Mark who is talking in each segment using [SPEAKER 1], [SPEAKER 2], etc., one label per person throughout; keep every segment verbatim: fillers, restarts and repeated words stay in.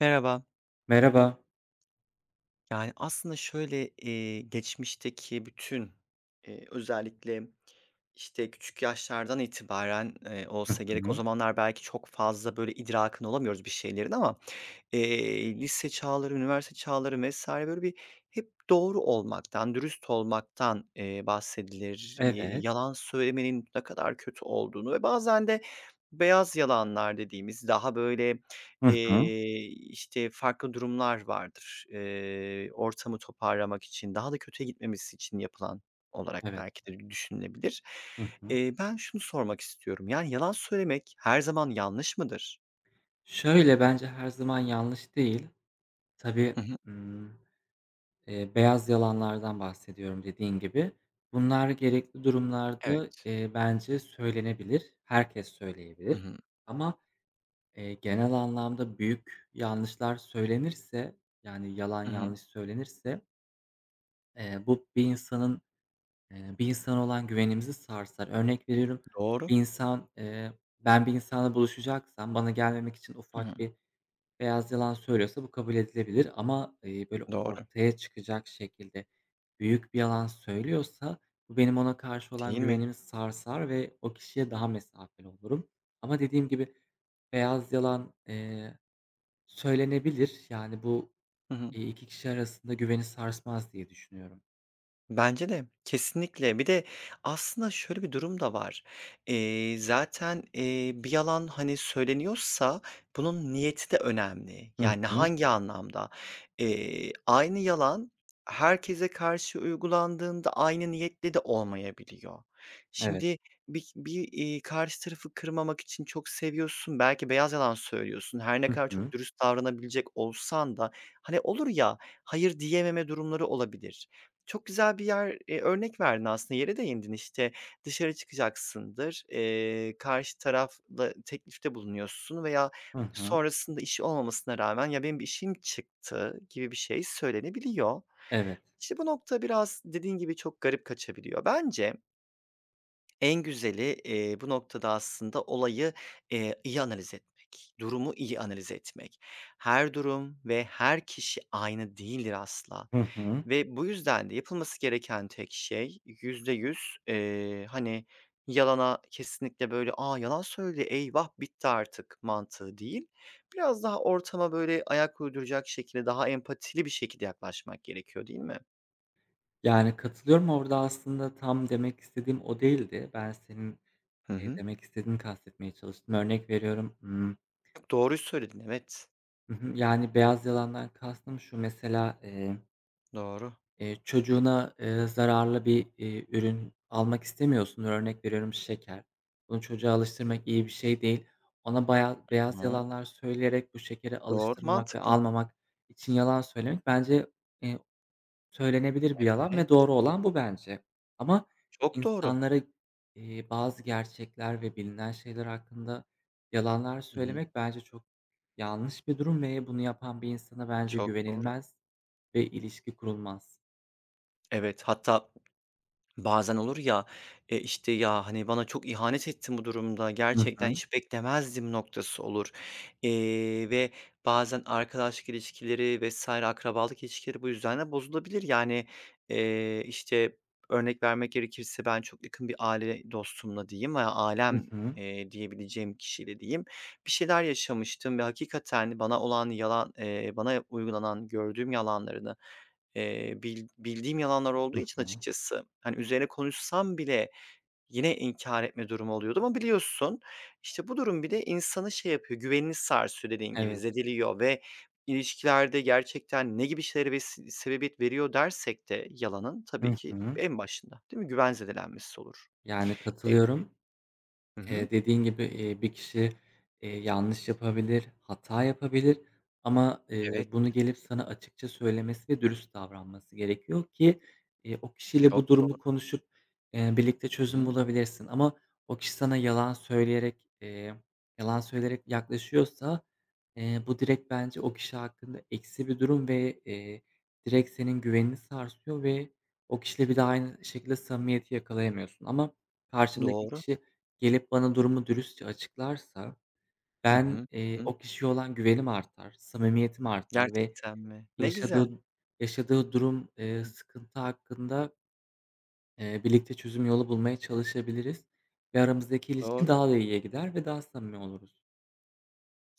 [SPEAKER 1] Merhaba.
[SPEAKER 2] Merhaba.
[SPEAKER 1] Yani, aslında şöyle, eee, geçmişteki bütün, eee, özellikle, işte, küçük yaşlardan itibaren, eee,
[SPEAKER 2] Hı
[SPEAKER 1] olsa gerek, o
[SPEAKER 2] hı.
[SPEAKER 1] zamanlar belki çok fazla, böyle, idrakın olamıyoruz bir şeylerin ama, eee, lise çağları, üniversite çağları vesaire böyle bir hep doğru olmaktan, dürüst olmaktan, eee, bahsedilir. İii,
[SPEAKER 2] Evet.
[SPEAKER 1] yalan söylemenin ne kadar kötü olduğunu ve bazen de beyaz yalanlar dediğimiz daha, böyle,
[SPEAKER 2] Hı hı.
[SPEAKER 1] Eee, işte, farklı durumlar vardır. Eee, ortamı toparlamak için, daha da kötüye gitmemesi için yapılan olarak
[SPEAKER 2] Evet.
[SPEAKER 1] belki de düşünülebilir.
[SPEAKER 2] Hı hı.
[SPEAKER 1] Eee, ben şunu sormak istiyorum, yani, yalan söylemek her zaman yanlış mıdır?
[SPEAKER 2] Şöyle, bence her zaman yanlış değil. Tabii,
[SPEAKER 1] Hı hı.
[SPEAKER 2] ımm, eee, beyaz yalanlardan bahsediyorum dediğin gibi. Bunlar gerekli durumlarda,
[SPEAKER 1] Evet.
[SPEAKER 2] eee, bence söylenebilir. Herkes
[SPEAKER 1] Hı
[SPEAKER 2] söyleyebilir
[SPEAKER 1] hı.
[SPEAKER 2] ama, eee, genel anlamda büyük yanlışlar söylenirse, yani yalan
[SPEAKER 1] Hı hı.
[SPEAKER 2] yanlış söylenirse, eee, bu bir insanın Eee, bir insana olan güvenimizi sarsar. Örnek veriyorum,
[SPEAKER 1] Doğru.
[SPEAKER 2] bir insan, eee, ben bir insanla buluşacaksam bana gelmemek için
[SPEAKER 1] Hı hı.
[SPEAKER 2] ufak bir beyaz yalan söylüyorsa bu kabul edilebilir ama, eee, böyle
[SPEAKER 1] Doğru.
[SPEAKER 2] ortaya çıkacak şekilde büyük bir yalan söylüyorsa bu benim ona karşı olan
[SPEAKER 1] Değil mi?
[SPEAKER 2] güvenimi sarsar ve o kişiye daha mesafeli olurum. Ama dediğim gibi beyaz yalan, eee, söylenebilir. Yani bu,
[SPEAKER 1] Hı hı.
[SPEAKER 2] eee, iki kişi arasında güveni sarsmaz diye düşünüyorum.
[SPEAKER 1] Bence de, kesinlikle. Bir de aslında şöyle bir durum da var. Eee, zaten, eee, bir yalan, hani, söyleniyorsa bunun niyeti de önemli.
[SPEAKER 2] Hı
[SPEAKER 1] Yani
[SPEAKER 2] hı.
[SPEAKER 1] hangi anlamda? Eee, aynı yalan herkese karşı uygulandığında aynı niyetle de olmayabiliyor.
[SPEAKER 2] Evet.
[SPEAKER 1] Şimdi bir bir, iii, karşı tarafı kırmamak için çok seviyorsun, belki beyaz yalan söylüyorsun. Her ne
[SPEAKER 2] Hı
[SPEAKER 1] kadar
[SPEAKER 2] hı.
[SPEAKER 1] çok dürüst davranabilecek olsan da, hani, olur ya, hayır diyememe durumları olabilir. Çok güzel bir yer, eee, örnek verdin aslında, yere değindin. İşte, dışarı çıkacaksındır, eee, karşı tarafla teklifte bulunuyorsun veya
[SPEAKER 2] Hı hı.
[SPEAKER 1] sonrasında işi olmamasına rağmen "Ya, benim bir işim çıktı." gibi bir şey söylenebiliyor.
[SPEAKER 2] Evet.
[SPEAKER 1] İşte, bu nokta biraz dediğin gibi çok garip kaçabiliyor. Bence en güzeli, eee, bu noktada aslında olayı, eee, iyi analiz etmek, durumu iyi analiz etmek. Her durum ve her kişi aynı değildir asla.
[SPEAKER 2] Hı hı.
[SPEAKER 1] Ve bu yüzden de yapılması gereken tek şey yüzde yüz, eee, hani, yalana kesinlikle böyle, "A, yalan söyledi, eyvah, bitti artık." mantığı değil, biraz daha ortama böyle ayak uyduracak şekilde, daha empatili bir şekilde yaklaşmak gerekiyor, değil mi?
[SPEAKER 2] Yani, katılıyorum. Orada aslında tam demek istediğim o değildi. Ben senin,
[SPEAKER 1] Hı
[SPEAKER 2] eee,
[SPEAKER 1] hı.
[SPEAKER 2] demek istediğini kastetmeye çalıştım. Örnek veriyorum, ımm,
[SPEAKER 1] Çok doğruyu söyledin, evet.
[SPEAKER 2] hı hı, yani, beyaz yalandan kastım şu mesela, eee,
[SPEAKER 1] Doğru.
[SPEAKER 2] eee, çocuğuna, eee, zararlı bir, iii, ürün almak istemiyorsundur. Örnek veriyorum, şeker. Bunu çocuğa alıştırmak iyi bir şey değil. Ona baya beyaz
[SPEAKER 1] Hı,
[SPEAKER 2] yalanlar söyleyerek bu şekeri
[SPEAKER 1] doğru,
[SPEAKER 2] alıştırmak ve
[SPEAKER 1] mantıklı.
[SPEAKER 2] almamak için yalan söylemek bence, eee, Söylenebilir bir yalan
[SPEAKER 1] Evet.
[SPEAKER 2] ve doğru olan bu bence. Ama
[SPEAKER 1] Çok doğru.
[SPEAKER 2] insanlara, eee, bazı gerçekler ve bilinen şeyler hakkında yalanlar
[SPEAKER 1] Hı hı.
[SPEAKER 2] söylemek bence çok yanlış bir durum ve bunu yapan bir insana bence
[SPEAKER 1] Çok doğru.
[SPEAKER 2] güvenilmez ve ilişki kurulmaz.
[SPEAKER 1] Evet, hatta, bazen olur ya, eee, işte, "Ya, hani, bana çok ihanet ettin bu durumda,
[SPEAKER 2] Hı
[SPEAKER 1] gerçekten
[SPEAKER 2] hı.
[SPEAKER 1] hiç beklemezdim." noktası olur. Eee, ve bazen arkadaşlık ilişkileri vesaire akrabalık ilişkileri bu yüzden de bozulabilir. Yani, eee, işte, örnek vermek gerekirse ben çok yakın bir aile dostumla diyeyim veya
[SPEAKER 2] Hı
[SPEAKER 1] alem
[SPEAKER 2] hı.
[SPEAKER 1] eee, diyebileceğim kişiyle diyeyim, bir şeyler yaşamıştım ve hakikaten bana olan yalan, eee, bana uygulanan, gördüğüm yalanlarını, Eee, bil bildiğim yalanlar olduğu
[SPEAKER 2] Hı
[SPEAKER 1] için
[SPEAKER 2] hı.
[SPEAKER 1] açıkçası, hani, üzerine konuşsam bile yine inkar etme durumu oluyordu ama biliyorsun, işte, bu durum bir de insanı şey yapıyor, güvenini sarsıyor dediğin gibi,
[SPEAKER 2] Evet.
[SPEAKER 1] zediliyor ve ilişkilerde gerçekten ne gibi şeylere bes sebebiyet veriyor dersek de yalanın tabii
[SPEAKER 2] Hı
[SPEAKER 1] ki
[SPEAKER 2] hı.
[SPEAKER 1] en başında, değil mi? Güven zedelenmesi olur.
[SPEAKER 2] Yani
[SPEAKER 1] E
[SPEAKER 2] katılıyorum.
[SPEAKER 1] Hı hı.
[SPEAKER 2] Eee, dediğin gibi, eee, bir kişi, eee, yanlış yapabilir, hata yapabilir ama, eee,
[SPEAKER 1] Evet,
[SPEAKER 2] bunu gelip sana açıkça söylemesi ve dürüst davranması gerekiyor ki, eee, o kişiyle bu
[SPEAKER 1] çok
[SPEAKER 2] durumu
[SPEAKER 1] doğru.
[SPEAKER 2] konuşup, eee, birlikte
[SPEAKER 1] Hı
[SPEAKER 2] çözüm
[SPEAKER 1] hı.
[SPEAKER 2] bulabilirsin. Ama o kişi sana yalan söyleyerek, eee, yalan söyleyerek yaklaşıyorsa, eee, bu direkt bence o kişi hakkında eksi bir durum ve, eee, direkt senin güvenini sarsıyor ve o kişiyle bir daha aynı şekilde samimiyeti yakalayamıyorsun. Ama karşındaki
[SPEAKER 1] Doğru.
[SPEAKER 2] kişi gelip bana durumu dürüstçe açıklarsa
[SPEAKER 1] Hı
[SPEAKER 2] ben,
[SPEAKER 1] hı.
[SPEAKER 2] eee,
[SPEAKER 1] Hı hı.
[SPEAKER 2] o kişiye olan güvenim artar, samimiyetim artar ve
[SPEAKER 1] Gerçekten mi? Ne
[SPEAKER 2] yaşadığı
[SPEAKER 1] güzel.
[SPEAKER 2] yaşadığı durum,
[SPEAKER 1] Hı
[SPEAKER 2] eee,
[SPEAKER 1] hı.
[SPEAKER 2] sıkıntı hakkında, eee, birlikte çözüm yolu bulmaya çalışabiliriz ve aramızdaki ilişki
[SPEAKER 1] Doğru.
[SPEAKER 2] daha da iyiye gider ve daha samimi oluruz.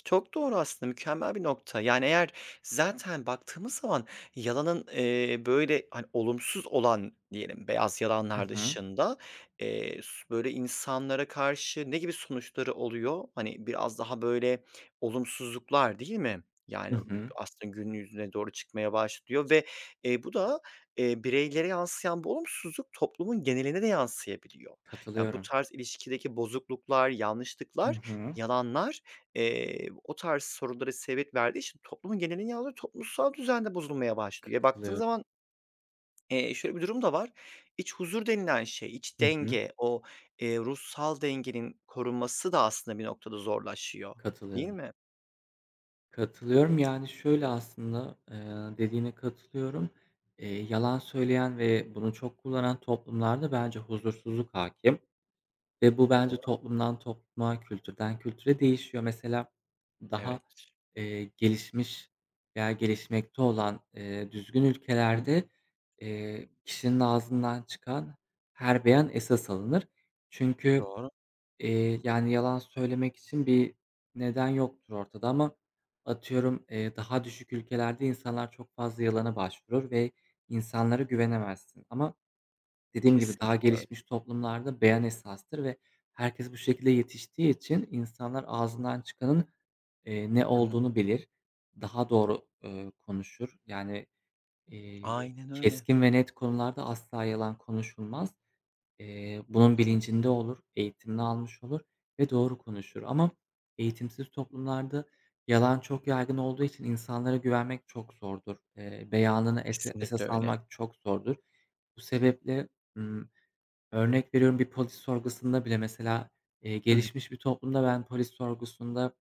[SPEAKER 1] Çok doğru aslında, mükemmel bir nokta. Yani, eğer zaten baktığımız zaman yalanın, eee, böyle, hani, olumsuz olan diyelim beyaz
[SPEAKER 2] Hı
[SPEAKER 1] yalanlar
[SPEAKER 2] hı.
[SPEAKER 1] dışında, eee, s böyle insanlara karşı ne gibi sonuçları oluyor? Hani, biraz daha böyle olumsuzluklar değil mi?
[SPEAKER 2] Hı
[SPEAKER 1] Yani,
[SPEAKER 2] hı.
[SPEAKER 1] aslında gün yüzüne doğru çıkmaya başlıyor ve, eee, bu da, eee, bireylere yansıyan bu olumsuzluk toplumun geneline de yansıyabiliyor. Ya, bu
[SPEAKER 2] Katılıyorum.
[SPEAKER 1] tarz ilişkideki bozukluklar,
[SPEAKER 2] Hı
[SPEAKER 1] yanlışlıklar,
[SPEAKER 2] hı.
[SPEAKER 1] yalanlar Eee, o tarz sorulara sebebiyet verdiği için toplumun genelini alıyor, toplumsal düzen de bozulmaya başlıyor. E, baktığın
[SPEAKER 2] Katılıyorum.
[SPEAKER 1] zaman, eee, şöyle bir durum da var. İç huzur denilen şey, iç
[SPEAKER 2] Hı hı.
[SPEAKER 1] denge, o, eee, ruhsal dengenin korunması da aslında bir noktada zorlaşıyor, değil
[SPEAKER 2] Katılıyorum.
[SPEAKER 1] mi?
[SPEAKER 2] Katılıyorum. Yani, şöyle aslında, eee, dediğine katılıyorum. Eee, yalan söyleyen ve bunu çok kullanan toplumlarda bence huzursuzluk hakim ve bu bence
[SPEAKER 1] Doğru,
[SPEAKER 2] toplumdan topluma, kültürden kültüre değişiyor. Mesela daha,
[SPEAKER 1] evet.
[SPEAKER 2] eee, gelişmiş veya gelişmekte olan, eee, düzgün
[SPEAKER 1] Hı,
[SPEAKER 2] ülkelerde, eee, kişinin ağzından çıkan her beyan esas alınır. Çünkü
[SPEAKER 1] doğru.
[SPEAKER 2] Eee, yani, yalan söylemek için bir neden yoktur ortada ama atıyorum, eee, daha düşük ülkelerde insanlar çok fazla yalana başvurur ve insanlara güvenemezsin ama dediğim gibi daha
[SPEAKER 1] Kesinlikle öyle.
[SPEAKER 2] gelişmiş toplumlarda beyan esastır ve herkes bu şekilde yetiştiği için insanlar ağzından çıkanın, eee, ne
[SPEAKER 1] Hı hı.
[SPEAKER 2] olduğunu bilir. Daha doğru, eee, konuşur. Yani, eee,
[SPEAKER 1] Aynen öyle.
[SPEAKER 2] keskin ve net konularda asla yalan konuşulmaz. Eee, bunun
[SPEAKER 1] Hı hı.
[SPEAKER 2] bilincinde olur, eğitimini almış olur ve doğru konuşur ama eğitimsiz toplumlarda yalan çok yaygın olduğu için insanlara güvenmek çok zordur. Eee, beyanını ese esas
[SPEAKER 1] Kesinlikle öyle.
[SPEAKER 2] almak çok zordur. Bu sebeple, ımm, Örnek veriyorum, bir polis sorgusunda bile mesela, eee,
[SPEAKER 1] Hı hı.
[SPEAKER 2] gelişmiş bir toplumda ben polis sorgusunda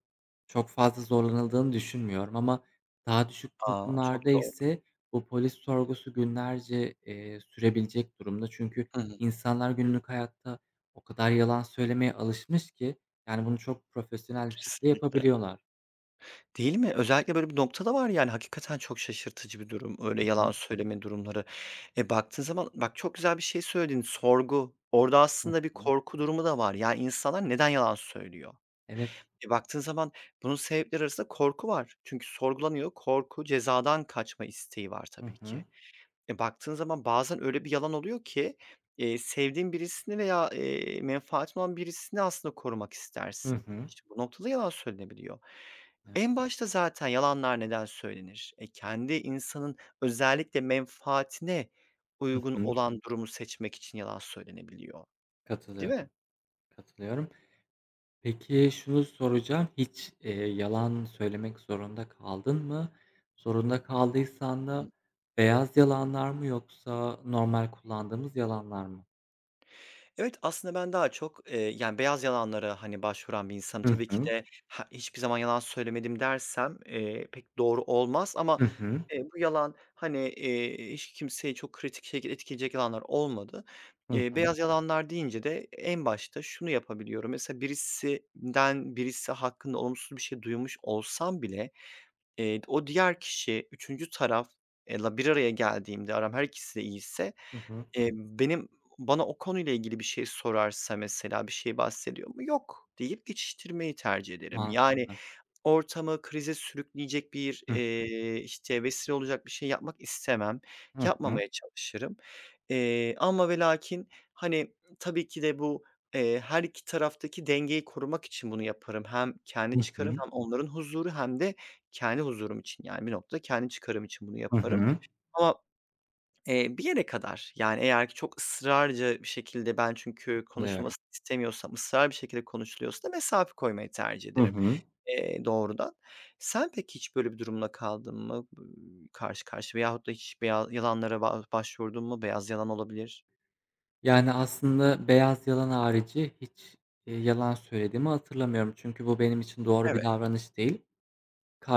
[SPEAKER 2] çok fazla zorlanıldığını düşünmüyorum ama daha düşük
[SPEAKER 1] A, çok
[SPEAKER 2] toplumlarda
[SPEAKER 1] doğru.
[SPEAKER 2] ise bu polis sorgusu günlerce, eee, sürebilecek durumda. Çünkü
[SPEAKER 1] Hı hı.
[SPEAKER 2] insanlar günlük hayatta o kadar yalan söylemeye alışmış ki, yani, bunu çok profesyonel bir şekilde
[SPEAKER 1] Kesinlikle.
[SPEAKER 2] yapabiliyorlar.
[SPEAKER 1] Değil mi? Özellikle böyle bir nokta da var yani hakikaten çok şaşırtıcı bir durum,
[SPEAKER 2] Hı
[SPEAKER 1] öyle
[SPEAKER 2] hı.
[SPEAKER 1] yalan söyleme durumları. E, baktığın zaman bak çok güzel bir şey söyledin, sorgu. Orada
[SPEAKER 2] Hı
[SPEAKER 1] aslında bir
[SPEAKER 2] hı.
[SPEAKER 1] korku durumu da var. Ya, insanlar neden yalan söylüyor?
[SPEAKER 2] Evet.
[SPEAKER 1] E, baktığın zaman bunun sebepleri arasında korku var. Çünkü sorgulanıyor, korku, cezadan kaçma isteği var
[SPEAKER 2] Hı
[SPEAKER 1] tabii ki.
[SPEAKER 2] hı.
[SPEAKER 1] E, baktığın zaman bazen öyle bir yalan oluyor ki, eee, sevdiğin birisini veya, eee, menfaatin olan birisini aslında korumak
[SPEAKER 2] Hı
[SPEAKER 1] istersin.
[SPEAKER 2] hı.
[SPEAKER 1] İşte, bu noktada yalan söylenebiliyor.
[SPEAKER 2] Hı
[SPEAKER 1] En başta zaten yalanlar neden söylenir? E, kendi insanın özellikle menfaatine uygun
[SPEAKER 2] hı.
[SPEAKER 1] olan durumu seçmek için yalan söylenebiliyor, değil mi?
[SPEAKER 2] Katılıyorum, katılıyorum. Peki, şunu soracağım, hiç, eee, yalan söylemek zorunda kaldın mı? Zorunda kaldıysan da beyaz yalanlar mı yoksa normal kullandığımız yalanlar mı?
[SPEAKER 1] Evet, aslında ben daha çok, eee, yani, beyaz yalanlara, hani, başvuran bir insanım.
[SPEAKER 2] Hı
[SPEAKER 1] Tabii ki
[SPEAKER 2] hı.
[SPEAKER 1] de ha hiçbir zaman yalan söylemedim dersem, eee, pek doğru olmaz ama,
[SPEAKER 2] Hı hı.
[SPEAKER 1] eee, bu yalan, hani, eee, hiç kimseyi çok kritik şekilde etkileyecek yalanlar olmadı.
[SPEAKER 2] Hı
[SPEAKER 1] Eee,
[SPEAKER 2] hı.
[SPEAKER 1] beyaz yalanlar deyince de en başta şunu yapabiliyorum. Mesela birisinden birisi hakkında olumsuz bir şey duymuş olsam bile Eee, o diğer kişi, üçüncü tarafla bir araya geldiğimde aram her ikisi de iyiyse,
[SPEAKER 2] Hı hı.
[SPEAKER 1] eee, benim bana o konuyla ilgili bir şey sorarsa mesela, bir şey bahsediyor mu, "Yok." deyip geçiştirmeyi tercih ederim. Yani
[SPEAKER 2] Mantıklı.
[SPEAKER 1] ortamı krize sürükleyecek bir, eee, işte, vesile olacak bir şey yapmak istemem.
[SPEAKER 2] Hı hı.
[SPEAKER 1] Yapmamaya çalışırım. Eee, amma ve lakin, hani, tabii ki de bu, eee, her iki taraftaki dengeyi korumak için bunu yaparım. Hem
[SPEAKER 2] Hı
[SPEAKER 1] kendi
[SPEAKER 2] hı.
[SPEAKER 1] çıkarım hem onların huzuru hem de kendi huzurum için, yani, bir noktada kendi çıkarım için bunu
[SPEAKER 2] Hı
[SPEAKER 1] yaparım
[SPEAKER 2] hı.
[SPEAKER 1] ama, eee, bir yere kadar. Yani, eğer ki çok ısrarcı bir şekilde ben çünkü
[SPEAKER 2] Anlıyorum.
[SPEAKER 1] konuşulmasını istemiyorsam, ısrarlı bir şekilde konuşuluyorsa da mesafe koymayı tercih
[SPEAKER 2] Hı
[SPEAKER 1] ederim,
[SPEAKER 2] hı.
[SPEAKER 1] eee, doğrudan. Sen peki hiç böyle bir durumla kaldın mı, ııı, karşı karşıya veyahut da hiç beya yalanlara ba başvurdun mu? Beyaz yalan olabilir.
[SPEAKER 2] Yani, aslında beyaz yalan harici hiç, eee, yalan söylediğimi hatırlamıyorum. Çünkü bu benim için doğru bir
[SPEAKER 1] Evet,
[SPEAKER 2] davranış değil.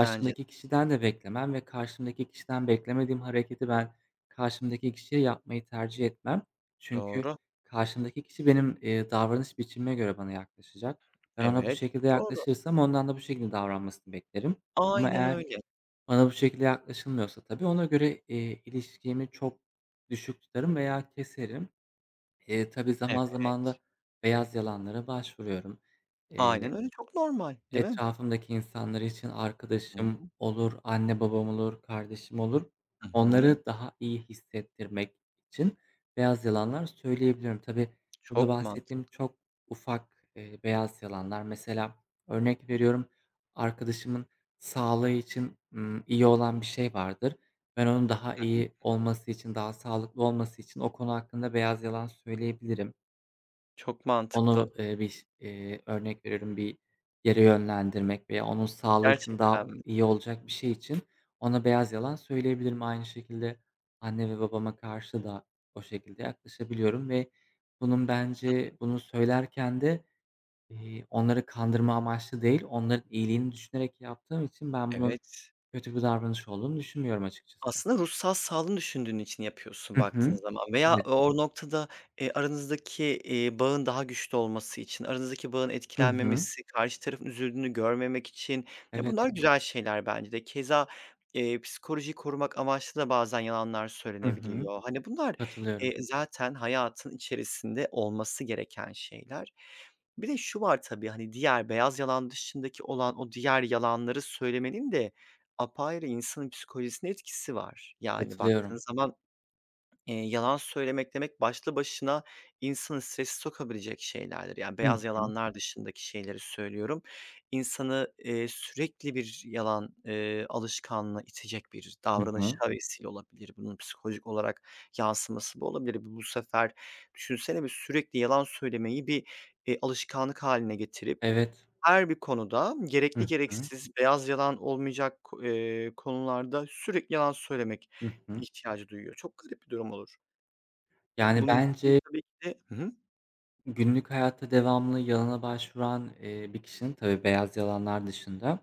[SPEAKER 1] bence de
[SPEAKER 2] kişiden de beklemem ve karşımdaki kişiden beklemediğim hareketi ben karşımdaki kişiye yapmayı tercih etmem. Çünkü
[SPEAKER 1] doğru.
[SPEAKER 2] karşımdaki kişi benim, eee, davranış biçimime göre bana yaklaşacak. Ben ona bu
[SPEAKER 1] Evet,
[SPEAKER 2] şekilde
[SPEAKER 1] çok doğru.
[SPEAKER 2] yaklaşırsam ondan da bu şekilde davranmasını beklerim. Ama
[SPEAKER 1] Aynen
[SPEAKER 2] eğer
[SPEAKER 1] öyle.
[SPEAKER 2] bana bu şekilde yaklaşılmıyorsa tabii ona göre, eee, ilişkimi çok düşük tutarım veya keserim. Eee, tabii zaman zaman da
[SPEAKER 1] Evet.
[SPEAKER 2] beyaz yalanlara başvuruyorum. Eee
[SPEAKER 1] Aynen öyle, çok normal, değil mi?
[SPEAKER 2] Etrafımdaki insanlar için
[SPEAKER 1] Hı
[SPEAKER 2] arkadaşım olur, anne babam olur, kardeşim olur.
[SPEAKER 1] hı.
[SPEAKER 2] Onları daha iyi hissettirmek için beyaz yalanlar söyleyebiliyorum. Tabii burada
[SPEAKER 1] Çok mantıklı.
[SPEAKER 2] bahsettiğim çok ufak, eee, beyaz yalanlar. Mesela örnek veriyorum, arkadaşımın sağlığı için, ımm, iyi olan bir şey vardır. Ben onun daha
[SPEAKER 1] Hı.
[SPEAKER 2] iyi olması için, daha sağlıklı olması için o konu hakkında beyaz yalan söyleyebilirim.
[SPEAKER 1] Çok
[SPEAKER 2] Onu,
[SPEAKER 1] mantıklı.
[SPEAKER 2] eee, bir, eee, örnek veriyorum, bir yere yönlendirmek veya onun sağlığı için daha
[SPEAKER 1] Gerçekten mi?
[SPEAKER 2] iyi olacak bir şey için ona beyaz yalan söyleyebilirim. Aynı şekilde anne ve babama karşı da o şekilde yaklaşabiliyorum ve bunun bence bunu söylerken de, eee, onları kandırma amaçlı değil, onların iyiliğini düşünerek yaptığım için ben bunun
[SPEAKER 1] Evet.
[SPEAKER 2] kötü bir davranış olduğunu düşünmüyorum açıkçası.
[SPEAKER 1] Aslında ruhsal sağlığını düşündüğün için yapıyorsun
[SPEAKER 2] Hı
[SPEAKER 1] baktığın
[SPEAKER 2] hı.
[SPEAKER 1] zaman veya
[SPEAKER 2] Evet.
[SPEAKER 1] o noktada, eee, aranızdaki, eee, bağın daha güçlü olması için, aranızdaki bağın
[SPEAKER 2] Hı hı.
[SPEAKER 1] etkilenmemesi, karşı tarafın üzüldüğünü görmemek için, ya,
[SPEAKER 2] Evet.
[SPEAKER 1] bunlar güzel şeyler bence de. Keza, eee, psikolojiyi korumak amaçlı da bazen yalanlar
[SPEAKER 2] Hı hı.
[SPEAKER 1] söylenebiliyor. Hani, bunlar,
[SPEAKER 2] Katılıyorum,
[SPEAKER 1] eee, zaten hayatın içerisinde olması gereken şeyler. Bir de şu var tabii, hani, diğer beyaz yalan dışındaki olan o diğer yalanları söylemenin de apayrı insanın psikolojisine etkisi var. Yani,
[SPEAKER 2] katılıyorum.
[SPEAKER 1] baktığın zaman, eee, yalan söylemek demek başlı başına insanı strese sokabilecek şeylerdir. Yani,
[SPEAKER 2] Hı
[SPEAKER 1] beyaz
[SPEAKER 2] hı.
[SPEAKER 1] yalanlar dışındaki şeyleri söylüyorum. İnsanı, eee, sürekli bir yalan, eee, alışkanlığına itecek bir
[SPEAKER 2] Hı hı.
[SPEAKER 1] davranışa vesile olabilir. Bunun psikolojik olarak yansıması bu olabilir. Bu sefer düşünsene bir sürekli yalan söylemeyi bir, eee, alışkanlık hâline getirip
[SPEAKER 2] Evet.
[SPEAKER 1] her bir konuda gerekli
[SPEAKER 2] Hı hı.
[SPEAKER 1] gereksiz, beyaz yalan olmayacak ko eee, konularda sürekli yalan söylemek
[SPEAKER 2] Hı hı.
[SPEAKER 1] ihtiyacı duyuyor. Çok garip bir durum olur.
[SPEAKER 2] Yani,
[SPEAKER 1] Bunun için
[SPEAKER 2] bence
[SPEAKER 1] tabii ki de hı hı.
[SPEAKER 2] günlük hayatta devamlı yalana başvuran, eee, bir kişinin tabii beyaz yalanlar dışında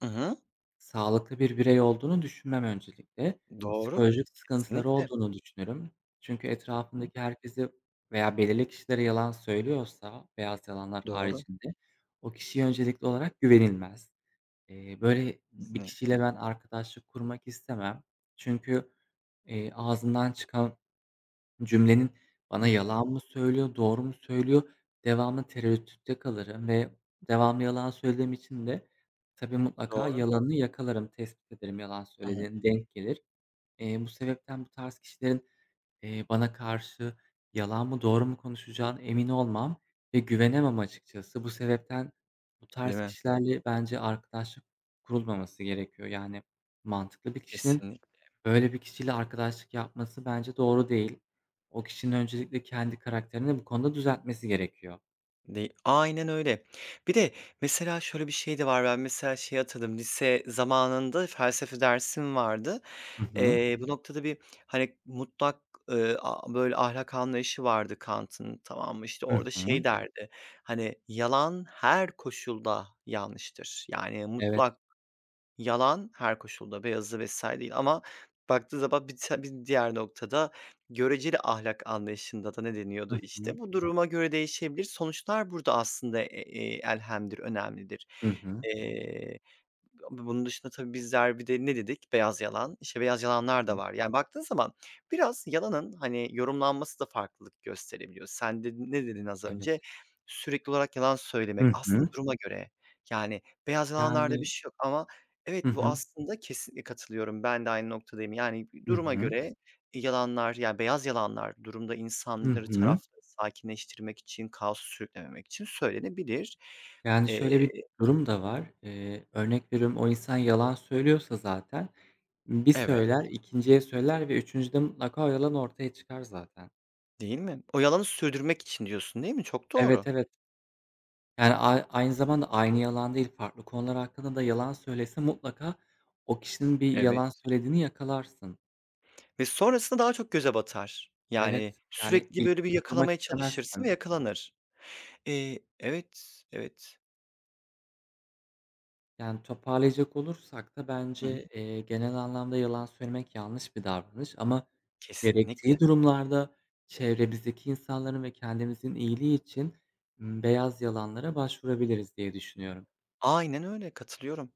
[SPEAKER 1] Hı hı.
[SPEAKER 2] sağlıklı bir birey olduğunu düşünmem öncelikle.
[SPEAKER 1] Doğru.
[SPEAKER 2] Psikolojik sıkıntıları
[SPEAKER 1] Kesinlikle.
[SPEAKER 2] olduğunu düşünürüm. Çünkü etrafındaki herkese veya belirli kişilere yalan söylüyorsa beyaz yalanlar
[SPEAKER 1] Doğru.
[SPEAKER 2] haricinde o kişiye öncelikli olarak güvenilmez. Eee, böyle bir
[SPEAKER 1] Kesinlikle.
[SPEAKER 2] kişiyle ben arkadaşlık kurmak istemem. Çünkü, eee, ağzından çıkan cümlenin
[SPEAKER 1] Hı
[SPEAKER 2] bana
[SPEAKER 1] hı.
[SPEAKER 2] yalan mı söylüyor, doğru mu söylüyor? Devamlı tereddütte kalırım ve devamlı yalan söylediğim için de tabii mutlaka
[SPEAKER 1] Doğru.
[SPEAKER 2] yalanını yakalarım, tespit ederim yalan
[SPEAKER 1] Hı hı.
[SPEAKER 2] söylediğini, denk gelir. Eee, bu sebepten bu tarz kişilerin, eee, bana karşı yalan mı, doğru mu konuşacağına emin olmam ve güvenemem açıkçası. Bu sebepten bu
[SPEAKER 1] Değil
[SPEAKER 2] tarz
[SPEAKER 1] mi?
[SPEAKER 2] kişilerle bence arkadaşlık kurulmaması gerekiyor. Yani mantıklı bir kişinin
[SPEAKER 1] Kesinlikle.
[SPEAKER 2] böyle bir kişiyle arkadaşlık yapması bence doğru değil. O kişinin öncelikle kendi karakterini bu konuda düzeltmesi gerekiyor.
[SPEAKER 1] Dey Aynen öyle. Bir de mesela şöyle bir şey de var. Ben mesela şey hatırladım, lise zamanında felsefe dersim vardı.
[SPEAKER 2] Hı hı.
[SPEAKER 1] Eee, bu noktada bir, hani, mutlak, eee, a böyle ahlak anlayışı vardı Kant'ın, tamam mı? İşte,
[SPEAKER 2] Hı
[SPEAKER 1] orada
[SPEAKER 2] hı.
[SPEAKER 1] şey derdi, hani, "Yalan her koşulda yanlıştır." Yani
[SPEAKER 2] Evet.
[SPEAKER 1] mutlak. Yalan her koşulda, beyazı vesaire değil ama baktığı zaman bir ta bir diğer noktada göreceli ahlak anlayışında da ne deniyordu,
[SPEAKER 2] Hı
[SPEAKER 1] işte,
[SPEAKER 2] hı.
[SPEAKER 1] bu duruma göre değişebilir. Sonuçlar burada aslında, eee, elhemdir, önemlidir.
[SPEAKER 2] Hı hı.
[SPEAKER 1] B bunun dışında tabii bizler bir de ne dedik? Beyaz yalan. İşte, beyaz yalanlar
[SPEAKER 2] Hı.
[SPEAKER 1] da var. Yani, baktığın zaman biraz yalanın, hani, yorumlanması da farklılık gösterebiliyor. Sen de ne dedin az
[SPEAKER 2] Evet.
[SPEAKER 1] önce? Sürekli olarak yalan söylemek.
[SPEAKER 2] Hı
[SPEAKER 1] Aslında
[SPEAKER 2] hı.
[SPEAKER 1] duruma göre. Yani, beyaz yalanlarda
[SPEAKER 2] Yani.
[SPEAKER 1] bir şey yok ama
[SPEAKER 2] Hı
[SPEAKER 1] evet, bu
[SPEAKER 2] hı.
[SPEAKER 1] aslında kesinlikle katılıyorum. Ben de aynı noktadayım. Yani,
[SPEAKER 2] Hı
[SPEAKER 1] duruma
[SPEAKER 2] hı.
[SPEAKER 1] göre yalanlar, yani, beyaz yalanlar durumda
[SPEAKER 2] Hı
[SPEAKER 1] insanları,
[SPEAKER 2] hı.
[SPEAKER 1] tarafları sakinleştirmek için, kaosu sürüklememek için söylenebilir.
[SPEAKER 2] Yani,
[SPEAKER 1] Eee
[SPEAKER 2] şöyle bir durum da var. Eee, örnek veriyorum, o insan yalan söylüyorsa zaten bir
[SPEAKER 1] Evet.
[SPEAKER 2] söyler, ikinciye söyler ve üçüncüde mutlaka o yalan ortaya çıkar zaten.
[SPEAKER 1] Değil mi? O yalanı sürdürmek için diyorsun, değil mi? Çok
[SPEAKER 2] Evet,
[SPEAKER 1] doğru.
[SPEAKER 2] evet. Yani, ay aynı zamanda aynı yalan değil, farklı konular hakkında da yalan söylese mutlaka o kişinin bir yalan
[SPEAKER 1] Evet.
[SPEAKER 2] söylediğini yakalarsın.
[SPEAKER 1] Ve sonrasında daha çok göze batar. Yani
[SPEAKER 2] Evet, yani,
[SPEAKER 1] sürekli
[SPEAKER 2] ilişki
[SPEAKER 1] böyle bir
[SPEAKER 2] kurmak
[SPEAKER 1] yakalamaya çalışırsın
[SPEAKER 2] istemezsin.
[SPEAKER 1] ve yakalanır. Eee, evet, evet.
[SPEAKER 2] Yani, toparlayacak olursak da
[SPEAKER 1] Hı
[SPEAKER 2] bence,
[SPEAKER 1] hı.
[SPEAKER 2] eee, genel anlamda yalan söylemek yanlış bir davranış ama
[SPEAKER 1] Kesinlikle.
[SPEAKER 2] gerektiği durumlarda çevremizdeki insanların ve kendimizin iyiliği için, ımm, beyaz yalanlara başvurabiliriz diye düşünüyorum.
[SPEAKER 1] Aynen öyle, katılıyorum.